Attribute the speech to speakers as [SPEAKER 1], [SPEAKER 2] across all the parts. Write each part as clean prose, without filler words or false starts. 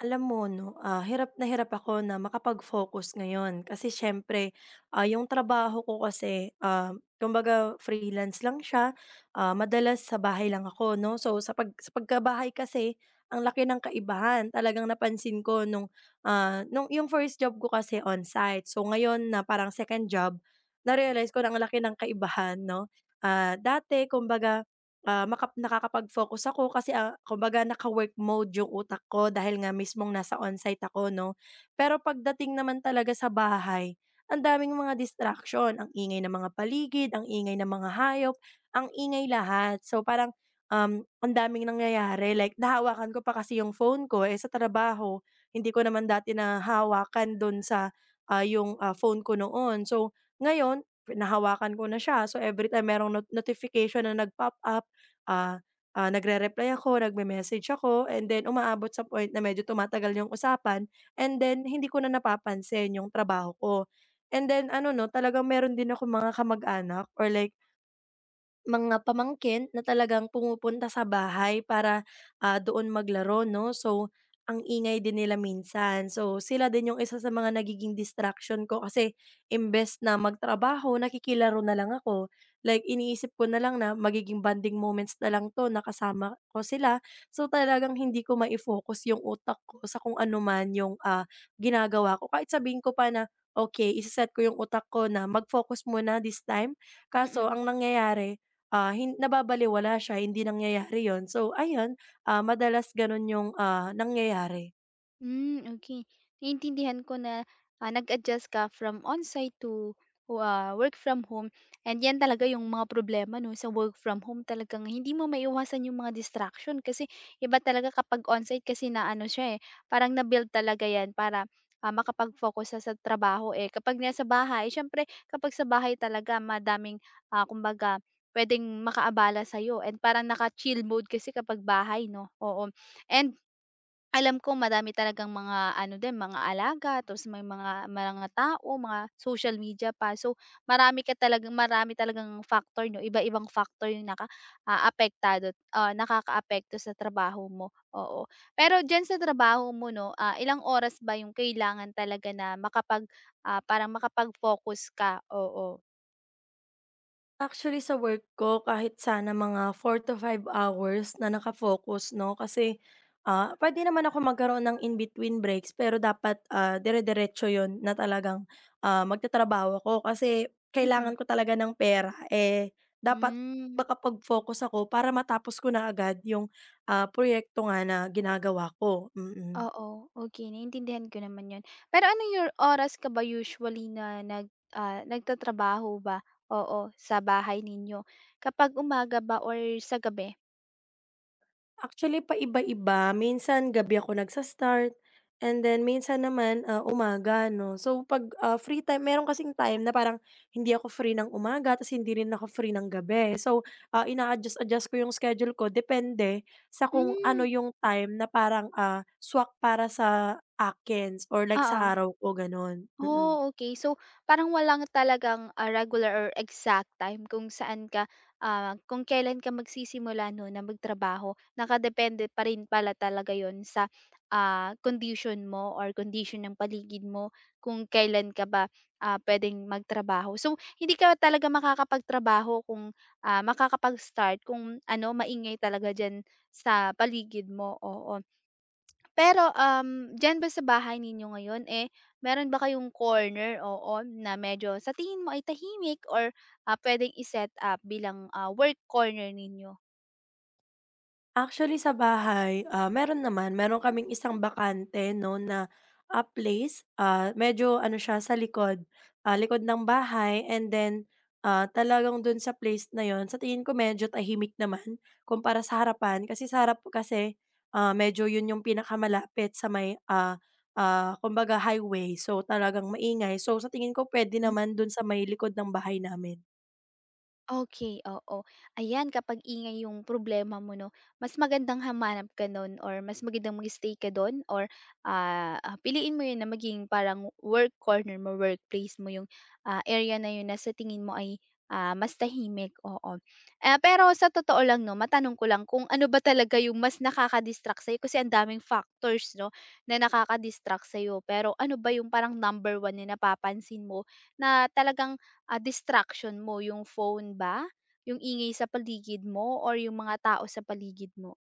[SPEAKER 1] Alam mo 'no, hirap na hirap ako na makapag-focus ngayon kasi siyempre, yung trabaho ko kasi, kumbaga freelance lang siya, madalas sa bahay lang ako 'no. So sa pagkabahay kasi ang laki ng kaibahan. Talagang napansin ko nung yung first job ko kasi on-site. So ngayon na parang second job, na-realize ko na ang laki ng kaibahan 'no. Ah, dati kumbaga Ah, makap Nakakapag-focus ako kasi, kumbaga naka-work mode yung utak ko dahil nga mismong nasa onsite ako 'no. Pero pagdating naman talaga sa bahay, ang daming mga distraction, ang ingay ng mga paligid, ang ingay ng mga hayop, ang ingay lahat. So parang, ang daming nangyayari like nahawakan ko pa kasi yung phone ko, eh, sa trabaho hindi ko naman dati nahawakan dun sa, yung, phone ko noon. So ngayon nahawakan ko na siya, so everytime merong not notification na nag-pop up, ah, nagre-reply ako, nagme-message ako, and then umaabot sa point na medyo tumatagal yung usapan, and then hindi ko na napapansin yung trabaho ko. And then ano 'no, talagang meron din ako mga kamag-anak or like mga pamangkin na talagang pumupunta sa bahay para, doon maglaro 'no. So, ang ingay din nila minsan. So, sila din yung isa sa mga nagiging distraction ko kasi imbes na magtrabaho nakikilaro na lang ako. Like iniisip ko na lang na magiging bonding moments na lang 'to na ko sila. So, talagang hindi ko mai-focus yung utak ko sa kung ano man yung, ginagawa ko. Kahit sabihin ko pa na, okay ise ko yung utak ko na mag-focus muna this time, kaso
[SPEAKER 2] Mm.
[SPEAKER 1] ang nangyayari, Ah, hin nababalewala siya, hindi nangyayari yon. So ayun, madalas gano'n 'yung, nangyayari.
[SPEAKER 2] Hmm, okay. Naiintindihan ko na, nag-adjust ka from onsite to, work from home, and 'yan talaga yung mga problema 'no, sa work from home talagang hindi mo maiiwasan yung mga distraction kasi iba talaga kapag onsite kasi na ano siya, eh, parang na-build talaga 'yan para, makapag-focus siya sa trabaho, eh. Kapag nasa bahay siyempre kapag sa bahay talaga madaming, kumbaga puwedeng makaabala sa'yo, and parang naka-chill mode kasi kapag bahay 'no, oo. And alam ko madami talagang mga ano din, mga alaga tapos may mga tao, mga social media pa. So, marami ka talagang marami talagang factor 'no, iba-ibang factor yung apektado, nakakaapekto sa trabaho mo, oo. Pero diyan sa trabaho mo 'no, ilang oras ba yung kailangan talaga na makapag, parang makapag-focus ka? Oo.
[SPEAKER 1] Actually sa work ko kahit sana mga four to five hours na nakafocus 'no, kasi, pwede naman ako magkaroon ng in between breaks pero dapat, dire-diretso 'yun na talagang, magtatrabaho ako kasi
[SPEAKER 2] Mm.
[SPEAKER 1] kailangan ko talaga ng pera, eh, dapat
[SPEAKER 2] Hmm.
[SPEAKER 1] makapag-focus ako para matapos ko na agad 'yung, proyekto nga na ginagawa ko. Mm. Mm.
[SPEAKER 2] Oo, okay, naiintindihan ko naman 'yun. Pero ano your oras ka ba usually na nagtatrabaho ba? Oo, sa bahay ninyo. Kapag umaga ba or sa gabi?
[SPEAKER 1] Actually, paiba-iba. Minsan gabi ako nagsa-start and then minsan naman, umaga 'no. So 'pag, free time meron kasing time na parang hindi ako free ng umaga ta's hindi rin ako free ng gabi. So, ina-adjust-adjust ko yung schedule ko depende sa kung
[SPEAKER 2] Hmm,
[SPEAKER 1] ano yung time na parang, swak para sa akin or like sa
[SPEAKER 2] oo.
[SPEAKER 1] araw ko, gano'n. Mm. Mm.
[SPEAKER 2] Oh, okay. So, parang walang talagang, regular or exact time kung saan ka, kung kailan ka magsisimula 'no na magtrabaho. Nakadepende pa rin pala talaga yon sa, condition mo or condition ng paligid mo kung kailan ka ba, pwedeng magtrabaho. So, hindi ka talaga makakapagtrabaho kung, makakapag-start kung ano, maingay talaga diyan sa paligid mo, oo. Pero, diyan ba sa bahay ninyo ngayon, eh, meron ba kayong corner, oo, na medyo sa tingin mo ay tahimik or, puwedeng i-set up bilang, work corner ninyo?
[SPEAKER 1] Actually sa bahay, meron naman. Meron kaming isang bakante 'no na, place, medyo ano siya sa likod, likod ng bahay and then, talagang dun sa place na yun sa tingin ko medyo tahimik naman kumpara sa harapan. Kasi sa harap kasi, medyo yun yung pinakamalapit sa may, kumbaga highway. So, talagang maingay. So, sa tingin ko pwede naman dun sa may likod ng bahay namin.
[SPEAKER 2] Okey, oo. Ayan, kapag ingay yung problema mo 'no, mas magandang hamanap ka nun or mas magandang mag-stay ka dun or, piliin mo yun na maging parang work corner mo, workplace mo yung, area na yun na sa tingin mo ay, mas tahimik, oo. Pero sa totoo lang 'no, matanong ko lang kung ano ba talaga yung mas nakaka-distract sa'yo kasi ang daming factors 'no, na nakaka-distract sa'yo. Pero ano ba yung parang number 1 na napapansin mo na talagang distraction mo, yung phone ba, yung ingay sa paligid mo, or yung mga tao sa paligid mo?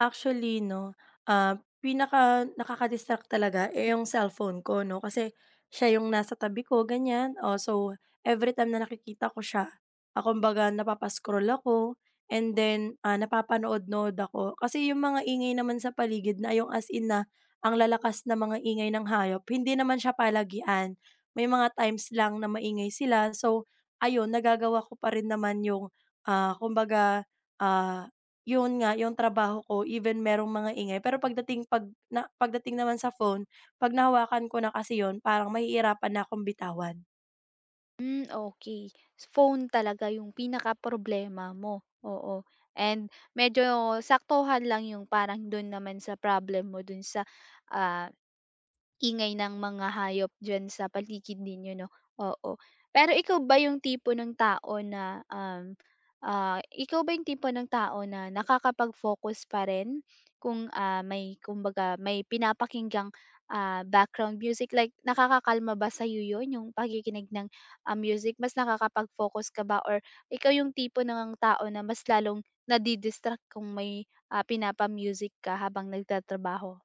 [SPEAKER 1] Actually 'no, pinaka nakaka-distract talaga, eh, yung cellphone ko 'no, kasi siya yung nasa tabi ko ganyan. Oh, so every time na nakikita ko siya, kumbaga napapa-scroll ako and then, napapanood-nood ako. Kasi yung mga ingay naman sa paligid na yung as in na ang lalakas na mga ingay ng hayop, hindi naman siya palagian. May mga times lang na maingay sila. So ayun, nagagawa ko pa rin naman yung, kumbaga, ah yun nga, yung trabaho ko even merong mga ingay pero pagdating pagdating naman sa phone, 'pag nahawakan ko na kasi yun parang mahihirapan na akong bitawan.
[SPEAKER 2] Hmm, okey. Phone talaga yung pinaka problema mo, oo. And medyo saktuhan lang yung parang dun naman sa problem mo dun sa, ah ingay ng mga hayop diyan sa paligid ninyo 'no, oo. Pero ikaw ba yung tipo ng tao na, ikaw ba yung tipo ng tao na nakakapag-focus pa rin kung, may kumbaga may pinapakinggang, background music like nakakakalma ba sa'yo yun yung pakikinig ng, music? Mas nakakapag-focus ka ba or ikaw yung tipo ng tao na mas lalong nadi kung may, pinapa-music ka habang nagtatrabaho?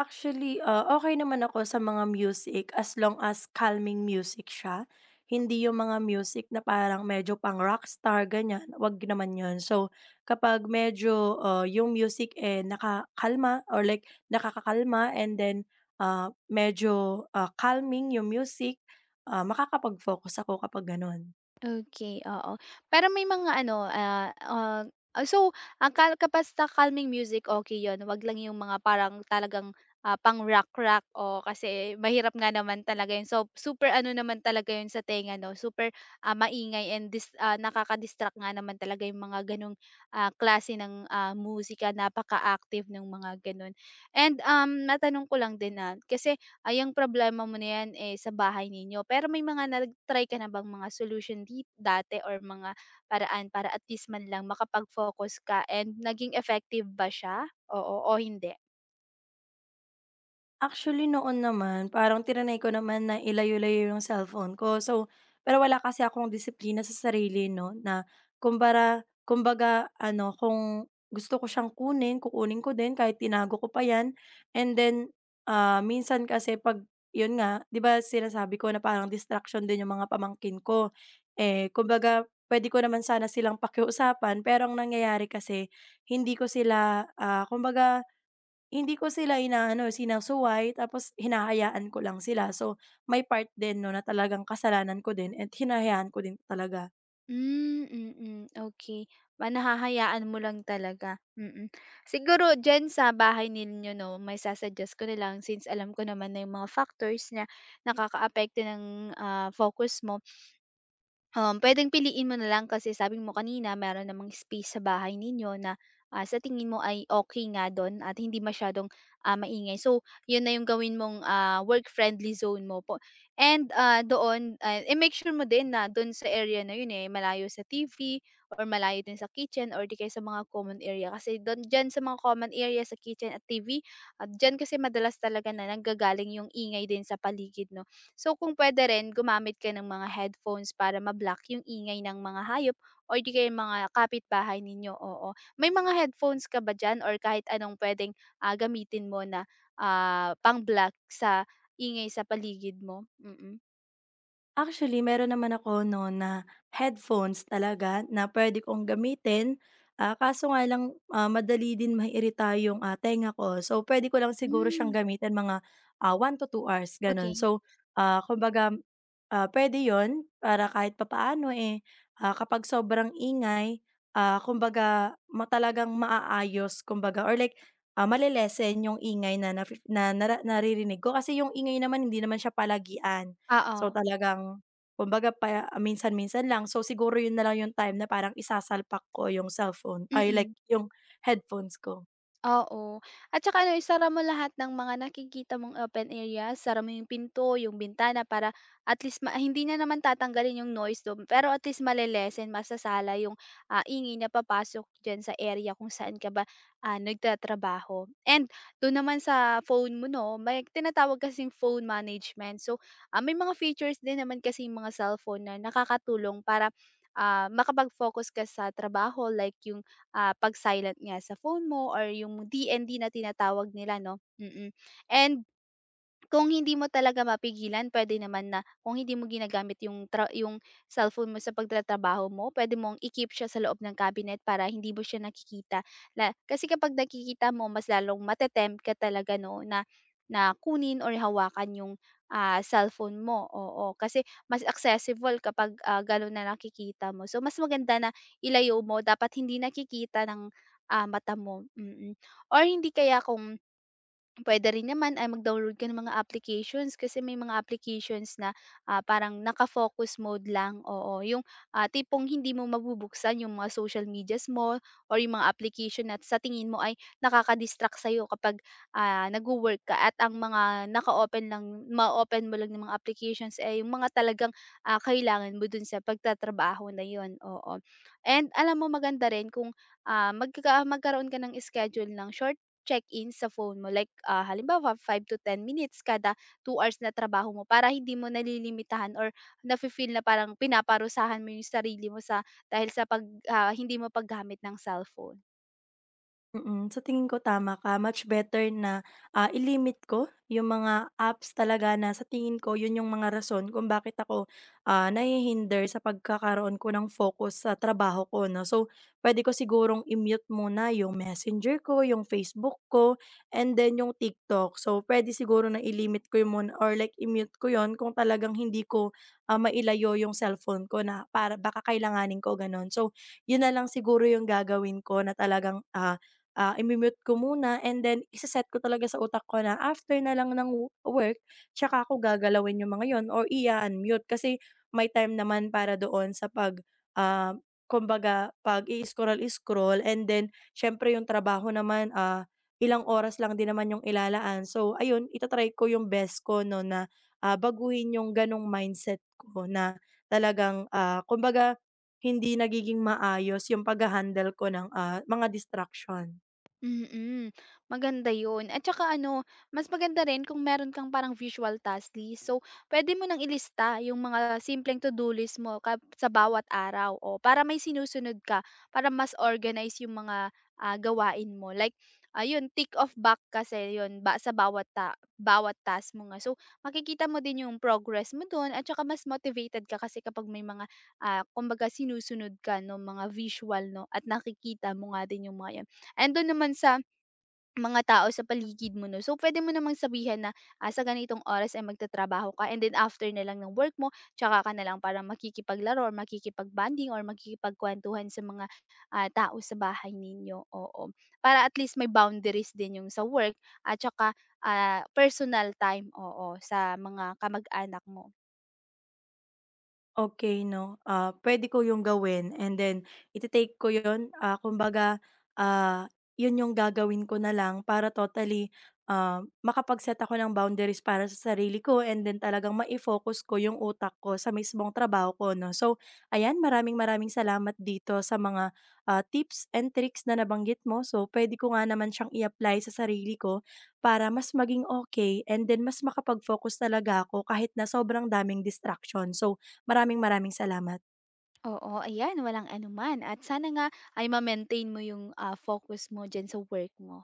[SPEAKER 1] Actually, okey naman ako sa mga music as long as calming music siya. Hindi yung mga music na parang medyo pang-rockstar ganyan, 'wag naman yun. So, kapag medyo, yung music, eh, nakakalma or like nakakakalma and then, medyo, calming yung music, makakapag-focus ako kapag gano'n.
[SPEAKER 2] Okay, oo. Pero may mga ano, so ang kal kapag calming music, okay yon, 'wag lang yung mga parang talagang, pang rock-rock o kasi mahirap nga naman talaga 'yun. So, super ano naman talaga 'yun sa tenga 'no, super, maingay, and nakaka-distract nga naman talaga yung mga gano'ng, klase ng, musika, napaka-active ng mga gano'n. And, matanong ko lang din, na kasi ay, ang problema mo na 'yan, eh, sa bahay ninyo. Pero may mga nag-try ka na bang mga solution di dati or mga paraan para at least man lang makapag-focus ka, and naging effective ba siya? Oo o hindi?
[SPEAKER 1] Actually, noon naman parang tinrinay ko naman na ilayo-layo yung cellphone ko. So, pero wala kasi akong disiplina sa sarili 'no, na kumbaga ano, kung gusto ko siyang kunin, kukunin ko din kahit tinago ko pa 'yan. And then, minsan kasi 'pag 'yun nga, 'di ba sinasabi ko na parang distraction din yung mga pamangkin ko. Eh, kumbaga puwede ko naman sana silang pakiusapan pero ang nangyayari kasi hindi ko sila, kumbaga hindi ko sila inaano, sinasuway tapos hinahayaan ko lang sila. So, may part din 'no na talagang kasalanan ko din at hinahayaan ko din talaga.
[SPEAKER 2] Hmm, mm, okey. Nahahayaan mo lang talaga, mm. Mm. Siguro diyan sa bahay ninyo 'no, may su ko na lang since alam ko naman na yung mga factors na nakakaapekto ng, focus mo. Pwedeng piliin mo na lang kasi sabi mo kanina meron namang space sa bahay ninyo na, sa tingin mo ay okay nga dun at hindi masyadong, maingay. So, yun na yung gawin mong, work-friendly zone mo po. And, doon, i-make sure mo din na dun sa area na yun, eh, malayo sa TV or malayo din sa kitchen or di kaya sa mga common area. Kasi dun diyan sa mga common area, sa kitchen at TV, at diyan kasi madalas talaga na nanggagaling yung ingay din sa paligid 'no. So kung puwede rin gumamit ka ng mga headphones para ma-block yung ingay ng mga hayop or di kaya mga kapitbahay ninyo, oo. May mga headphones ka ba diyan or kahit anong pwedeng gamitin mo na, pang-block sa ingay sa paligid mo? Mm-mm. Mm.
[SPEAKER 1] Actually, meron naman ako 'no, na headphones talaga na pwede kong gamitin, kaso nga lang, madali din maiirita yung, tenga ko. So, pwede ko lang siguro siyang
[SPEAKER 2] Hmm,
[SPEAKER 1] gamitin mga, 1 to two hours gano'n.
[SPEAKER 2] okey.
[SPEAKER 1] So, kumbaga, puwede 'yun para kahit papaano, eh, kapag sobrang ingay, kumbaga talagang maaayos kumbaga or like, male yung ingay na na na nara naririnig ko. Kasi yung ingay naman hindi naman siya palagian.
[SPEAKER 2] Oo,
[SPEAKER 1] So, talagang kumbaga pa minsan-minsan lang. So, siguro yun na lang yung time na parang isasalpak ko yung cellphone ay like
[SPEAKER 2] mm.
[SPEAKER 1] yung headphones ko.
[SPEAKER 2] Oo. At saka ano, isara mo lahat ng mga nakikita mong open area, sara mo yung pinto, yung bintana para at least hindi na naman tatanggalin yung noise do'n, pero at least masasala yung, ingay na papasok dyan sa area kung saan ka ba, nagtatrabaho. And do'n naman sa phone mo 'no, may tinatawag kasing phone management. So, may mga features din naman kasing mga cellphone na nakakatulong para, makapag-focus ka sa trabaho like yung pag-silent nga sa phone mo or yung DND na tinatawag nila 'no, mm. And kung hindi mo talaga mapigilan pwede naman na kung hindi mo ginagamit yung yung cellphone mo sa pagtatrabaho mo, pwede mong i-keep siya sa loob ng cabinet para hindi mo siya nakikita la kasi kapag nakikita mo mas lalong ka talaga 'no na na kunin or hawakan yung, cellphone mo, oo. Kasi mas accessible kapag, gano'n na nakikita mo. So mas maganda na ilayo mo, dapat hindi nakikita ng, mata mo, mm. Mm. Or hindi kaya kung puwede rin naman ay mag-download ka ng mga applications kasi may mga applications na, parang naka-focus mode lang, oo. Yung, tipong hindi mo mabubuksan yung mga social medias mo or yung mga application na sa tingin mo ay nakaka-distract sa'yo kapag, nagwo-work ka, at ang mga naka-open lang, ma-o-open mo lang ng mga applications ay yung mga talagang, kailangan mo dun sa pagtatrabaho na yun, oo. And alam mo maganda rin kung, magkaroon ka ng schedule ng short check-in sa phone mo. Like, halimbawa 5 to 10 minutes kada 2 hours na trabaho mo para hindi mo nalilimitahan or nafi-feel na parang pinaparusahan mo yung sarili mo sa dahil sa hindi mo paggamit ng cellphone.
[SPEAKER 1] Mm, sa tingin ko tama ka. Much better na, i-limit ko yung mga apps talaga na sa tingin ko yun yung mga rason kung bakit ako, nahihinder sa pagkakaroon ko ng focus sa trabaho ko 'no. So, pwede ko sigurong i-mute muna yung Messenger ko, yung Facebook ko, and then yung TikTok. So, pwede siguro na i-limit ko yun muna or like i-mute ko yun kung talagang hindi ko, mailayo yung cellphone ko na para baka kailanganin ko, gano'n. So, yun na lang siguro yung gagawin ko na talagang, imimute ko muna and then ise-set ko talaga sa utak ko na after na lang ng work tsaka ko gagalawin yung mga yon or i-u-unmute kasi may time naman para doon sa pag, ah, kumbaga pag-i-scroll-scroll and then siyempre yung trabaho naman, ilang oras lang din naman yung ilalaan. So ayun, itatry ko yung best ko 'no na, baguhin yung ganong mindset ko na talagang, kumbaga hindi nagiging maayos yung pagha-handle ko ng, mga distraction.
[SPEAKER 2] Mm, maganda 'yun, at saka ano, mas maganda rin kung meron kang parang visual task list. So, pwede mo nang ilista yung mga simpleng to-do list mo sa bawat araw, o para may sinusunod ka, para mas organize yung mga, gawain mo. Like, ayun tick off back kasi 'yun ba sa bawat task mo nga. So, makikita mo din yung progress mo dun, at saka mas motivated ka kasi kapag may mga, kumbaga sinusunod ka no mga visual 'no, at nakikita mo nga din yung mga andun naman sa mga tao sa paligid mo 'no. So, pwede mo namang sabihan na, sa ganitong oras ay magtatrabaho ka and then after na lang ng work mo tsaka ka na lang parang makikipaglaro or makikipag-bonding or makikipagkuwentuhan sa mga, tao sa bahay ninyo, oo. Para at least may boundaries din yung sa work at tsaka, personal time, oo, sa mga kamag-anak mo.
[SPEAKER 1] Okey 'no, puwede ko yung gawin and then ite-take ko yun, kumbaga, ah, yun yung gagawin ko na lang para totally, makapag-set ako ng boundaries para sa sarili ko and then talagang mai-focus ko yung utak ko sa mismong trabaho ko 'no. So ayan, maraming-maraming salamat dito sa mga, tips and tricks na nabanggit mo. So puwede ko nga naman siyang i-apply sa sarili ko para mas maging okey and then mas makapag-focus talaga ako kahit na sobrang daming distraction. So maraming maraming salamat.
[SPEAKER 2] Oo, ayan, walang anuman, at sana nga ay ma-maintain mo yung, focus mo diyan sa work mo.